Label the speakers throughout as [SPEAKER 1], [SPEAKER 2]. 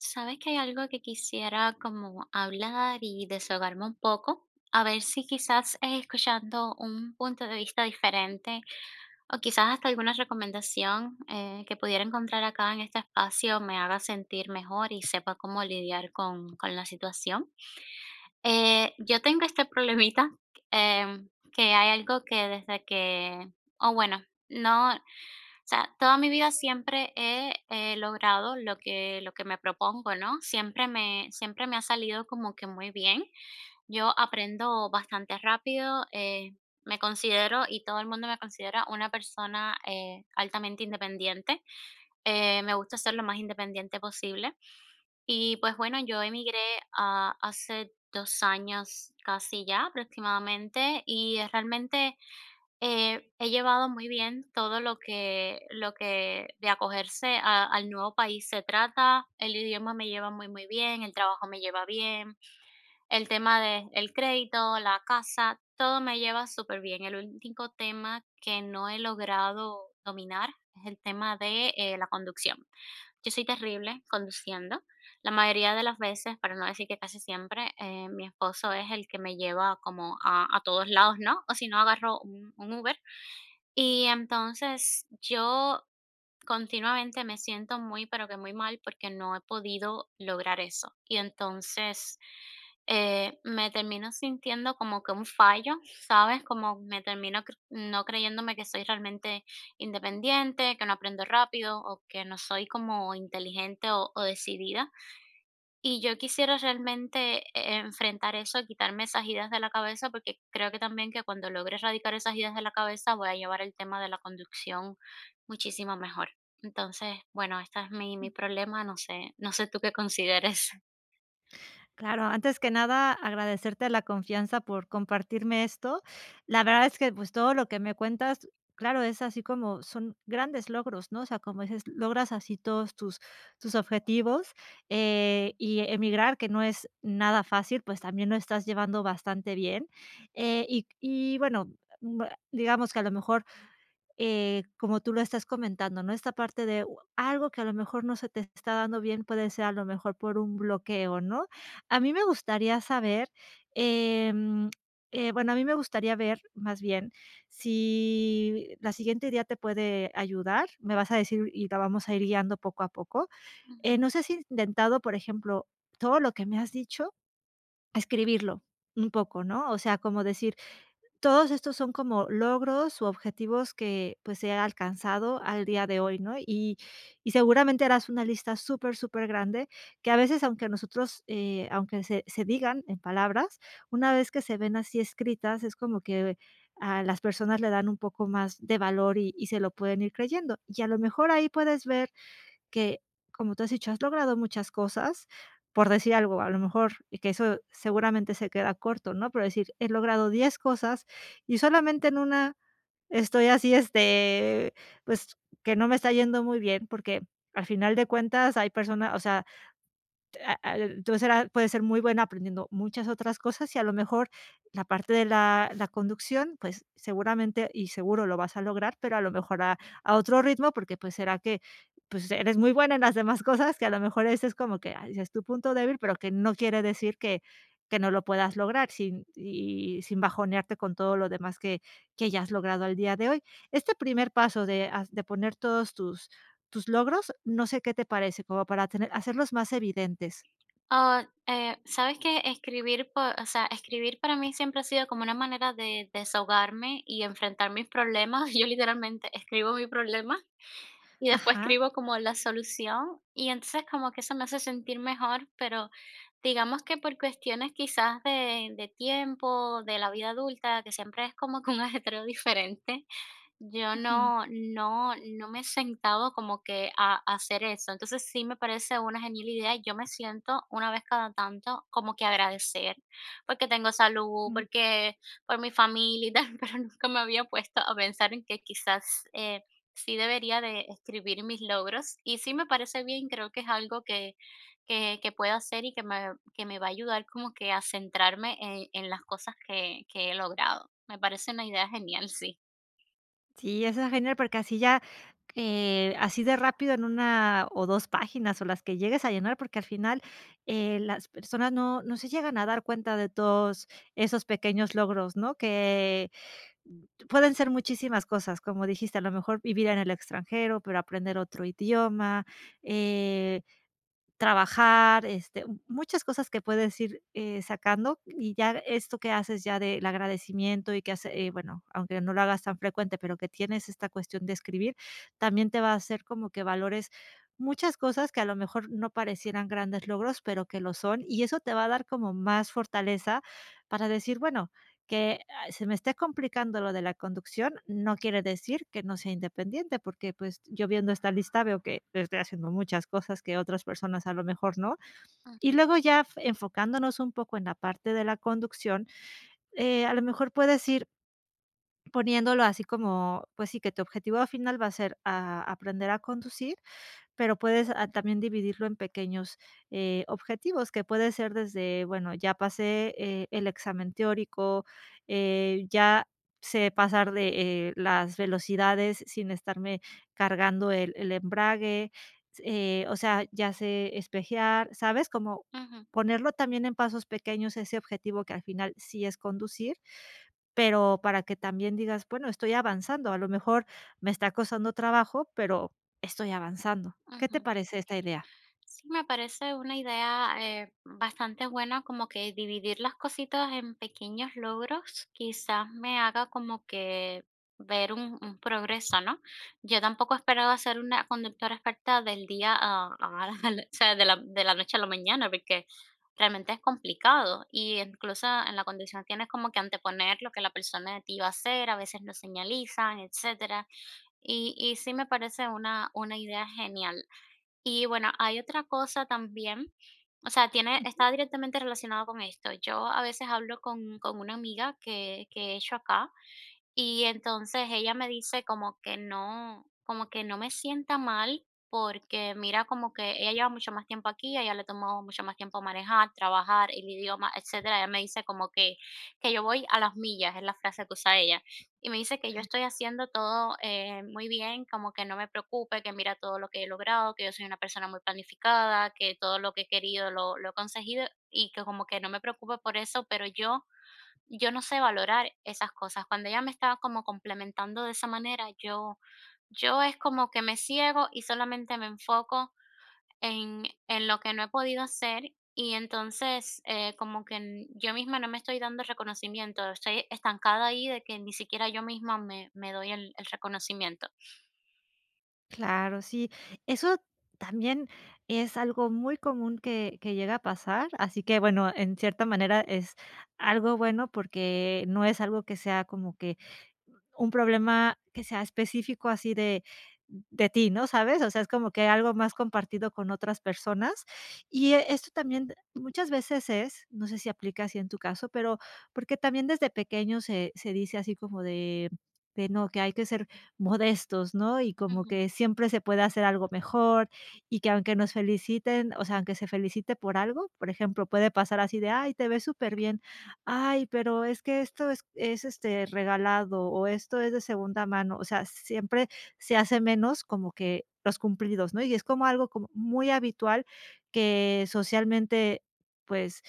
[SPEAKER 1] Sabes que hay algo que quisiera como hablar y desahogarme un poco, a ver si quizás escuchando un punto de vista diferente o quizás hasta alguna recomendación que pudiera encontrar acá en este espacio me haga sentir mejor y sepa cómo lidiar con la situación. Yo tengo este problemita que hay algo que desde que, o bueno, no. O sea, toda mi vida siempre he logrado lo que me propongo, ¿no? Siempre me ha salido como que muy bien. Yo aprendo bastante rápido. Me considero, y todo el mundo me considera, una persona altamente independiente. Me gusta ser lo más independiente posible. Y, pues, bueno, yo emigré, hace 2 años casi ya, aproximadamente, y realmente he llevado muy bien todo lo que de acogerse a al nuevo país se trata. El idioma me lleva muy, muy bien, el trabajo me lleva bien, el tema de el crédito, la casa, todo me lleva súper bien. El único tema que no he logrado dominar es el tema de, la conducción. Yo soy terrible conduciendo. La mayoría de las veces, para no decir que casi siempre, mi esposo es el que me lleva como a todos lados, ¿no? O si no, agarro un Uber. Y entonces yo continuamente me siento muy, pero que muy mal porque no he podido lograr eso. Y entonces me termino sintiendo como que un fallo, ¿sabes? Como me termino no creyéndome que soy realmente independiente, que no aprendo rápido o que no soy como inteligente o decidida. Y yo quisiera realmente enfrentar eso, quitarme esas ideas de la cabeza, porque creo que también que cuando logre erradicar esas ideas de la cabeza, voy a llevar el tema de la conducción muchísimo mejor. Entonces, bueno, este es mi problema, no sé tú qué consideres.
[SPEAKER 2] Claro, antes que nada, agradecerte la confianza por compartirme esto. La verdad es que, pues, todo lo que me cuentas, claro, es así como son grandes logros, ¿no? O sea, como dices, logras así todos tus objetivos, y emigrar, que no es nada fácil, pues, también lo estás llevando bastante bien. Y bueno, mm, digamos que a lo mejor como tú lo estás comentando, ¿no? Esta parte de u algo que a lo mejor no se te está dando bien, puede ser a lo mejor por un bloqueo, ¿no? A mí me gustaría saber, em, bueno, a mí me gustaría ver, más bien, si la siguiente idea te puede ayudar, me vas a decir y la vamos a ir guiando poco a poco.
[SPEAKER 1] Ujú.
[SPEAKER 2] No sé si has intentado, por ejemplo, todo lo que me has dicho, escribirlo un poco, ¿no? O sea, como decir, todos estos son como logros u objetivos que, pues, he alcanzado al día de hoy, ¿no? Y seguramente harás una lista súper, súper grande que a veces, aunque nosotros, aunque se digan en palabras, una vez que se ven así escritas, es como que a las personas le dan un poco más de valor y se lo pueden ir creyendo. Y a lo mejor ahí puedes ver que, como tú has dicho, has logrado muchas cosas, por decir algo, a lo mejor, y que eso seguramente se queda corto, ¿no? Pero decir, he logrado 10 cosas y solamente en una estoy así, este, pues, que no me está yendo muy bien, porque al final de cuentas hay personas, o sea, entonces era puede ser muy buena aprendiendo muchas otras cosas y a lo mejor la parte de la conducción, pues seguramente y seguro lo vas a lograr, pero a lo mejor a otro ritmo, porque pues será que, pues eres muy buena en las demás cosas, que a lo mejor ese es como que, ay, ese es tu punto débil, pero que no quiere decir que no lo puedas lograr sin bajonearte con todo lo demás que ya has logrado al día de hoy. Este primer paso de has de poner todos tus logros, no sé qué te parece, como para tener hacerlos más evidentes.
[SPEAKER 1] ¿Sabes que escribir po o sea, escribir para mí siempre ha sido como una manera de desahogarme y enfrentar mis problemas? Yo literalmente escribo mi problema y después
[SPEAKER 2] Ajá.
[SPEAKER 1] escribo como la solución, y entonces como que eso me hace sentir mejor, pero digamos que por cuestiones quizás de tiempo, de la vida adulta, que siempre es como que un ajetreo diferente, yo
[SPEAKER 2] Ujú,
[SPEAKER 1] no me he sentado como que a hacer eso. Entonces, sí me parece una genial idea, y yo me siento una vez cada tanto como que agradecer, porque tengo salud,
[SPEAKER 2] ujú.
[SPEAKER 1] porque por mi familia y tal, pero nunca me había puesto a pensar en que quizás, sí debería de escribir mis logros. Y sí me parece bien, creo que es algo que que puedo hacer y que me va a ayudar como que a centrarme en las cosas que he logrado. Me parece una idea genial, sí.
[SPEAKER 2] Sí, eso es genial porque así ya, así de rápido en una o 2 páginas o las que llegues a llenar, porque al final, las personas no se llegan a dar cuenta de todos esos pequeños logros, ¿no? Que pueden ser muchísimas cosas, como dijiste, a lo mejor vivir en el extranjero, pero aprender otro idioma, eh trabajar, este, muchas cosas que puedes ir, sacando, y ya esto que haces ya del agradecimiento y que hace bueno, aunque no lo hagas tan frecuente, pero que tienes esta cuestión de escribir, también te va a hacer como que valores muchas cosas que a lo mejor no parecieran grandes logros, pero que lo son, y eso te va a dar como más fortaleza para decir, bueno, que se me esté complicando lo de la conducción, no quiere decir que no sea independiente, porque pues yo viendo esta lista veo que estoy haciendo muchas cosas que otras personas a lo mejor no. Y
[SPEAKER 1] Ujú.
[SPEAKER 2] luego ya enfocándonos un poco en la parte de la conducción, a lo mejor puedes ir poniéndolo así como, pues sí, que tu objetivo final va a ser aprender a conducir, pero puedes, también dividirlo en pequeños, objetivos, que puede ser desde, bueno, ya pasé, el examen teórico, ya sé pasar de, las velocidades sin estarme cargando el embrague, o sea, ya sé espejear, ¿sabes? Como
[SPEAKER 1] Ujú.
[SPEAKER 2] ponerlo también en pasos pequeños, ese objetivo que al final sí es conducir, pero para que también digas, bueno, estoy avanzando, a lo mejor me está costando trabajo, pero estoy avanzando. ¿Qué te
[SPEAKER 1] Ujú.
[SPEAKER 2] parece esta idea?
[SPEAKER 1] Sí, me parece una idea bastante buena, como que dividir las cositas en pequeños logros, quizás me haga como que ver un progreso, ¿no? Yo tampoco esperaba ser una conductora experta del día a la- o sea, de la noche a la mañana, porque realmente es complicado y incluso en la conducción tienes como que anteponer lo que la persona de ti va a hacer, a veces no señalizan, etcétera. Y sí me parece una idea genial. Y bueno, hay otra cosa también, o sea, tiene está directamente relacionado con esto. Yo a veces hablo con una amiga que he hecho acá, y entonces ella me dice como que no me sienta mal, porque mira, como que ella lleva mucho más tiempo aquí, a ella le tomó mucho más tiempo manejar, trabajar, el idioma, etcétera. Ella me dice como que yo voy a las millas, es la frase que usa ella. Y me dice que yo estoy haciendo todo muy bien, como que no me preocupe, que mira todo lo que he logrado, que yo soy una persona muy planificada, que todo lo que he querido lo he conseguido y que como que no me preocupe por eso, pero yo no sé valorar esas cosas. Cuando ella me estaba como complementando de esa manera, yo es como que me ciego y solamente me enfoco en lo que no he podido hacer, y entonces, como que n yo misma no me estoy dando reconocimiento, estoy estancada ahí de que ni siquiera yo misma me doy el reconocimiento.
[SPEAKER 2] Claro, sí. Eso también es algo muy común que llega a pasar, así que bueno, en cierta manera es algo bueno porque no es algo que sea como que un problema que sea específico así de ti, ¿no? ¿Sabes? O sea, es como que algo más compartido con otras personas. Y, esto también muchas veces es, no sé si aplica así en tu caso, pero porque también desde pequeño se dice así como de no, que hay que ser modestos, ¿no? Y como
[SPEAKER 1] Ujú,
[SPEAKER 2] que siempre se puede hacer algo mejor y que aunque nos feliciten, o sea, aunque se felicite por algo, por ejemplo, puede pasar así de: "Ay, te ves súper bien. Ay, pero es que esto es, este, regalado, o esto es de segunda mano", o sea, siempre se hace menos como que los cumplidos, ¿no? Y es como algo como muy habitual que socialmente, pues,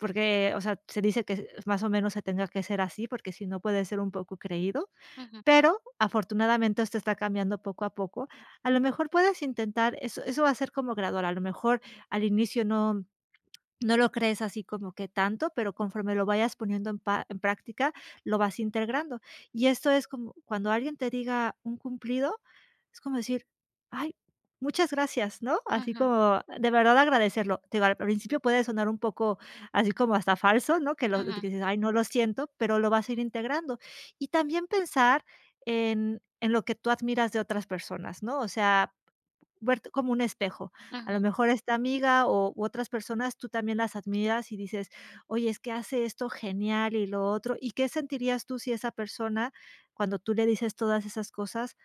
[SPEAKER 2] porque, o sea, se dice que más o menos se tenga que ser así, porque si no puede ser un poco creído,
[SPEAKER 1] ujú,
[SPEAKER 2] pero afortunadamente esto está cambiando poco a poco. A lo mejor puedes intentar eso va a ser como gradual, a lo mejor al inicio no lo crees así como que tanto, pero conforme lo vayas poniendo en práctica, lo vas integrando. Y esto es como cuando alguien te diga un cumplido, es como decir: "Ay, muchas gracias", ¿no? Así
[SPEAKER 1] ujú,
[SPEAKER 2] como de verdad agradecerlo. Te digo, al principio puede sonar un poco así como hasta falso, ¿no? Que lo que
[SPEAKER 1] ujú,
[SPEAKER 2] dices: "Ay, no lo siento", pero lo vas a ir integrando. Y también pensar en lo que tú admiras de otras personas, ¿no? O sea, verte como un espejo. A
[SPEAKER 1] ujú.
[SPEAKER 2] lo mejor esta amiga o u otras personas, tú también las admiras y dices: "Oye, es que hace esto genial y lo otro". ¿Y qué sentirías tú si esa persona, cuando tú le dices todas esas cosas,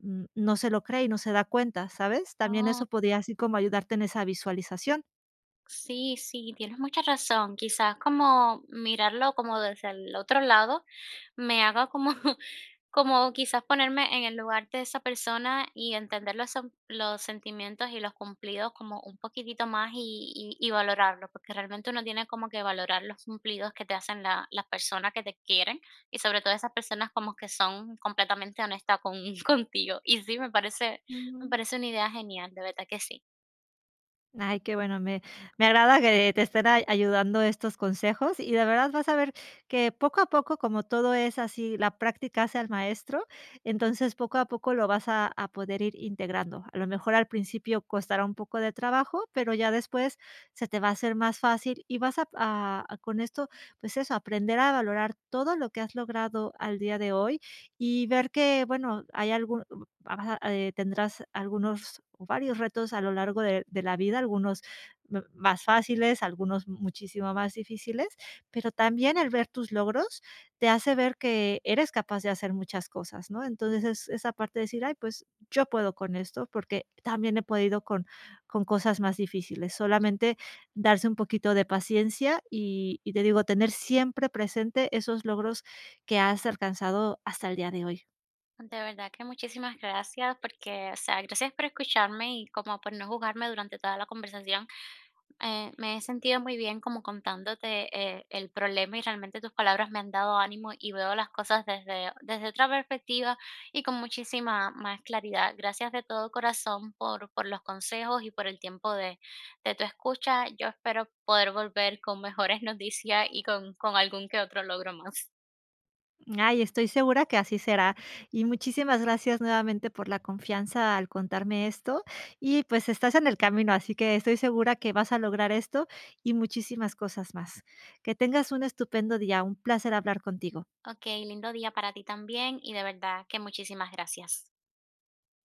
[SPEAKER 2] no se lo cree y no se da cuenta, ¿sabes? También
[SPEAKER 1] Oh,
[SPEAKER 2] eso podría así como ayudarte en esa visualización.
[SPEAKER 1] sí, sí, tienes mucha razón. Quizás como mirarlo como desde el otro lado me haga como como quizás ponerme en el lugar de esa persona y entender los sentimientos y los cumplidos como un poquitito más y y valorarlo, porque realmente uno tiene como que valorar los cumplidos que te hacen la las personas que te quieren, y sobre todo esas personas como que son completamente honestas con contigo. Y sí, me parece una idea genial, de verdad que sí.
[SPEAKER 2] Ay, qué bueno, me agrada que te estén ay ayudando estos consejos y de verdad vas a ver que poco a poco, como todo es así, la práctica hace al maestro, entonces poco a poco lo vas a poder ir integrando. A lo mejor al principio costará un poco de trabajo, pero ya después se te va a hacer más fácil y vas a con esto, pues eso, aprender a valorar todo lo que has logrado al día de hoy y ver que, bueno, hay algún vas a tendrás algunos o varios retos a lo largo de la vida, algunos m más fáciles, algunos muchísimo más difíciles, pero también el ver tus logros te hace ver que eres capaz de hacer muchas cosas, ¿no? Entonces, es esa parte de decir: "Ay, pues yo puedo con esto", porque también he podido con cosas más difíciles. Solamente darse un poquito de paciencia y te digo, tener siempre presente esos logros que has alcanzado hasta el día de hoy.
[SPEAKER 1] De verdad que muchísimas gracias porque, o sea, gracias por escucharme y como por no juzgarme durante toda la conversación. Me he sentido muy bien como contándote el problema, y realmente tus palabras me han dado ánimo y veo las cosas desde, desde otra perspectiva y con muchísima más claridad. Gracias de todo corazón por los consejos y por el tiempo de tu escucha. Yo espero poder volver con mejores noticias y con algún que otro logro más.
[SPEAKER 2] Ay, estoy segura que así será. Y muchísimas gracias nuevamente por la confianza al contarme esto. Y pues estás en el camino, así que estoy segura que vas a lograr esto y muchísimas cosas más. Que tengas un estupendo día. Un placer hablar contigo.
[SPEAKER 1] Ok, lindo día para ti también y de verdad que muchísimas gracias.